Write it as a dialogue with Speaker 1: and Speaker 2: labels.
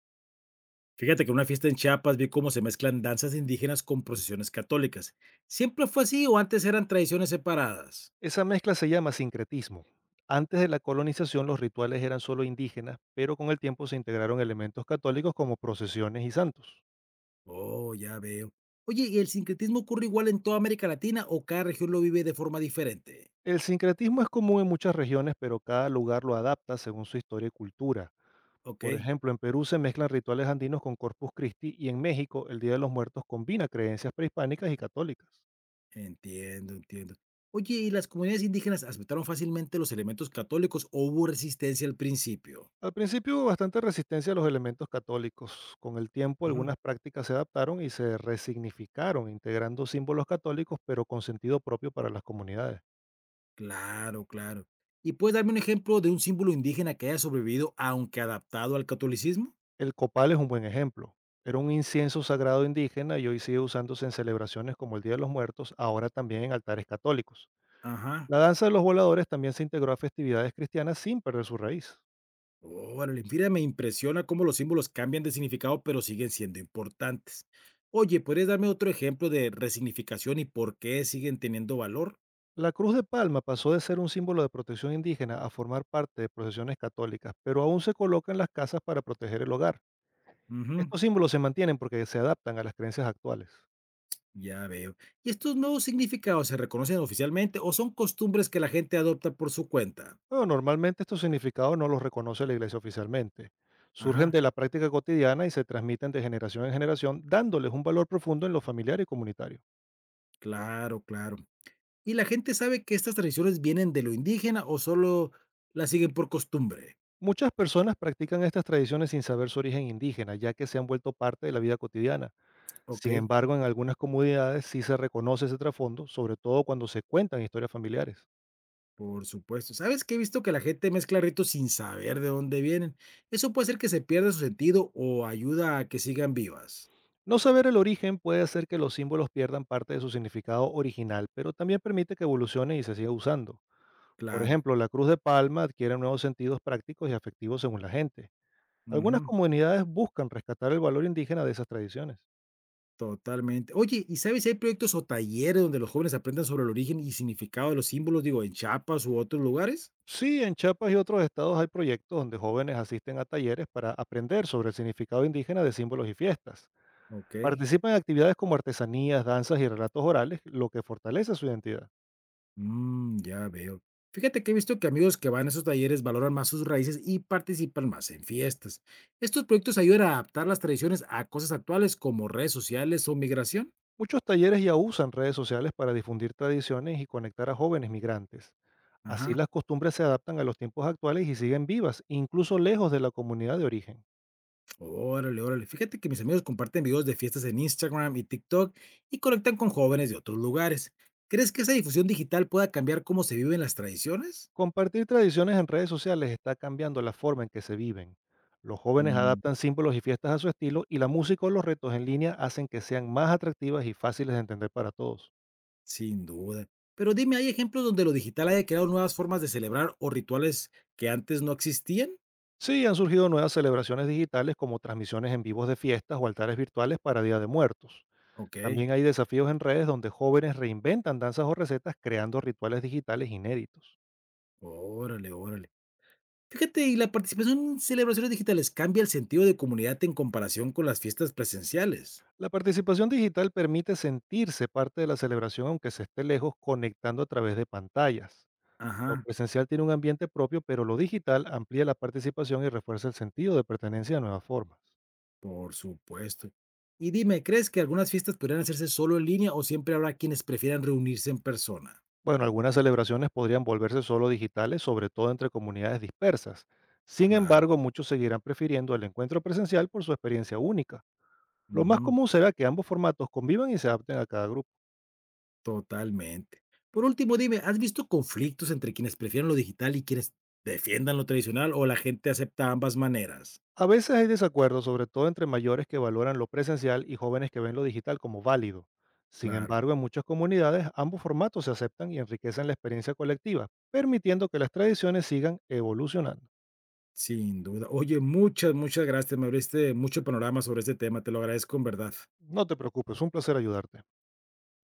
Speaker 1: Fíjate que en una fiesta en Chiapas vi cómo se mezclan danzas indígenas con procesiones católicas. ¿Siempre fue así o antes eran tradiciones separadas?
Speaker 2: Esa mezcla se llama sincretismo. Antes de la colonización los rituales eran solo indígenas, pero con el tiempo se integraron elementos católicos como procesiones y santos.
Speaker 1: Oh, ya veo. Oye, ¿y el sincretismo ocurre igual en toda América Latina o cada región lo vive de forma diferente?
Speaker 2: El sincretismo es común en muchas regiones, pero cada lugar lo adapta según su historia y cultura.
Speaker 1: Ok,
Speaker 2: Por ejemplo, en Perú se mezclan rituales andinos con Corpus Christi y en México el Día de los Muertos combina creencias prehispánicas y católicas.
Speaker 1: entiendo, entiendo. Oye, ¿y las comunidades indígenas aceptaron fácilmente los elementos católicos o hubo resistencia al principio?
Speaker 2: Al principio hubo bastante resistencia a los elementos católicos. Con el tiempo
Speaker 1: Ujú,
Speaker 2: algunas prácticas se adaptaron y se resignificaron, integrando símbolos católicos pero con sentido propio para las comunidades.
Speaker 1: claro, claro. ¿Y puedes darme un ejemplo de un símbolo indígena que haya sobrevivido aunque adaptado al catolicismo?
Speaker 2: El copal es un buen ejemplo. Era un incienso sagrado indígena y hoy sigue usándose en celebraciones como el Día de los Muertos, ahora también en altares católicos.
Speaker 1: Ajá.
Speaker 2: La danza de los voladores también se integró a festividades cristianas sin perder su raíz.
Speaker 1: Órale, mira, me impresiona cómo los símbolos cambian de significado, pero siguen siendo importantes. Oye, ¿podrías darme otro ejemplo de resignificación y por qué siguen teniendo valor?
Speaker 2: La cruz de palma pasó de ser un símbolo de protección indígena a formar parte de procesiones católicas, pero aún se coloca en las casas para proteger el hogar.
Speaker 1: Ujú,
Speaker 2: Estos símbolos se mantienen porque se adaptan a las creencias actuales.
Speaker 1: ya veo. ¿Y estos nuevos significados se reconocen oficialmente o son costumbres que la gente adopta por su cuenta?
Speaker 2: Pero normalmente estos significados no los reconoce la iglesia oficialmente. Surgen
Speaker 1: Ajá,
Speaker 2: de la práctica cotidiana y se transmiten de generación en generación, dándoles un valor profundo en lo familiar y comunitario.
Speaker 1: claro, claro. ¿Y la gente sabe que estas tradiciones vienen de lo indígena o solo las siguen por costumbre?
Speaker 2: Muchas personas practican estas tradiciones sin saber su origen indígena, ya que se han vuelto parte de la vida cotidiana.
Speaker 1: Ok.
Speaker 2: Sin embargo, en algunas comunidades sí se reconoce ese trasfondo, sobre todo cuando se cuentan historias familiares.
Speaker 1: Por supuesto. ¿Sabes qué? He visto que la gente mezcla ritos sin saber de dónde vienen. Eso puede hacer que se pierda su sentido o ayuda a que sigan vivas.
Speaker 2: No saber el origen puede hacer que los símbolos pierdan parte de su significado original, pero también permite que evolucione y se siga usando. Por
Speaker 1: Claro.
Speaker 2: ejemplo, la cruz de palma adquiere nuevos sentidos prácticos y afectivos según la gente. Algunas
Speaker 1: Ujú,
Speaker 2: comunidades buscan rescatar el valor indígena de esas tradiciones.
Speaker 1: totalmente. Oye, ¿y sabes si hay proyectos o talleres donde los jóvenes aprendan sobre el origen y significado de los símbolos, digo, en Chiapas u otros lugares?
Speaker 2: Sí, en Chiapas y otros estados hay proyectos donde jóvenes asisten a talleres para aprender sobre el significado indígena de símbolos y fiestas.
Speaker 1: Ok.
Speaker 2: Participan en actividades como artesanías, danzas y relatos orales, lo que fortalece su identidad.
Speaker 1: Mm, ya veo. Fíjate que he visto que amigos que van a esos talleres valoran más sus raíces y participan más en fiestas. ¿Estos proyectos ayudan a adaptar las tradiciones a cosas actuales como redes sociales o migración?
Speaker 2: Muchos talleres ya usan redes sociales para difundir tradiciones y conectar a jóvenes migrantes. Así
Speaker 1: Ajá.
Speaker 2: las costumbres se adaptan a los tiempos actuales y siguen vivas, incluso lejos de la comunidad de origen.
Speaker 1: Órale, órale. Fíjate que mis amigos comparten videos de fiestas en Instagram y TikTok y conectan con jóvenes de otros lugares. ¿Crees que esa difusión digital pueda cambiar cómo se viven las tradiciones?
Speaker 2: Compartir tradiciones en redes sociales está cambiando la forma en que se viven. Los jóvenes
Speaker 1: Mm,
Speaker 2: adaptan símbolos y fiestas a su estilo y la música o los retos en línea hacen que sean más atractivas y fáciles de entender para todos.
Speaker 1: sin duda. Pero dime, ¿hay ejemplos donde lo digital haya creado nuevas formas de celebrar o rituales que antes no existían?
Speaker 2: Sí, han surgido nuevas celebraciones digitales como transmisiones en vivos de fiestas o altares virtuales para Día de Muertos.
Speaker 1: Ok,
Speaker 2: También hay desafíos en redes donde jóvenes reinventan danzas o recetas creando rituales digitales inéditos.
Speaker 1: órale, órale. Fíjate, ¿y la participación en celebraciones digitales cambia el sentido de comunidad en comparación con las fiestas presenciales?
Speaker 2: La participación digital permite sentirse parte de la celebración aunque se esté lejos conectando a través de pantallas. Lo
Speaker 1: Ajá.
Speaker 2: presencial tiene un ambiente propio, pero lo digital amplía la participación y refuerza el sentido de pertenencia a nuevas formas.
Speaker 1: Por supuesto. Y dime, ¿crees que algunas fiestas podrían hacerse solo en línea o siempre habrá quienes prefieran reunirse en persona?
Speaker 2: Bueno, algunas celebraciones podrían volverse solo digitales, sobre todo entre comunidades dispersas. Sin
Speaker 1: Claro.
Speaker 2: embargo, muchos seguirán prefiriendo el encuentro presencial por su experiencia única. Lo más
Speaker 1: Ujú,
Speaker 2: común será que ambos formatos convivan y se adapten a cada grupo.
Speaker 1: totalmente. Por último, dime, ¿has visto conflictos entre quienes prefieren lo digital y quienes defiendan lo tradicional o la gente acepta ambas maneras?
Speaker 2: A veces hay desacuerdos, sobre todo entre mayores que valoran lo presencial y jóvenes que ven lo digital como válido. Sin
Speaker 1: Claro,
Speaker 2: embargo, en muchas comunidades ambos formatos se aceptan y enriquecen la experiencia colectiva, permitiendo que las tradiciones sigan evolucionando.
Speaker 1: sin duda. Oye, muchas, muchas gracias. Me abriste mucho panorama sobre este tema. Te lo agradezco en verdad.
Speaker 2: No te preocupes, un placer ayudarte.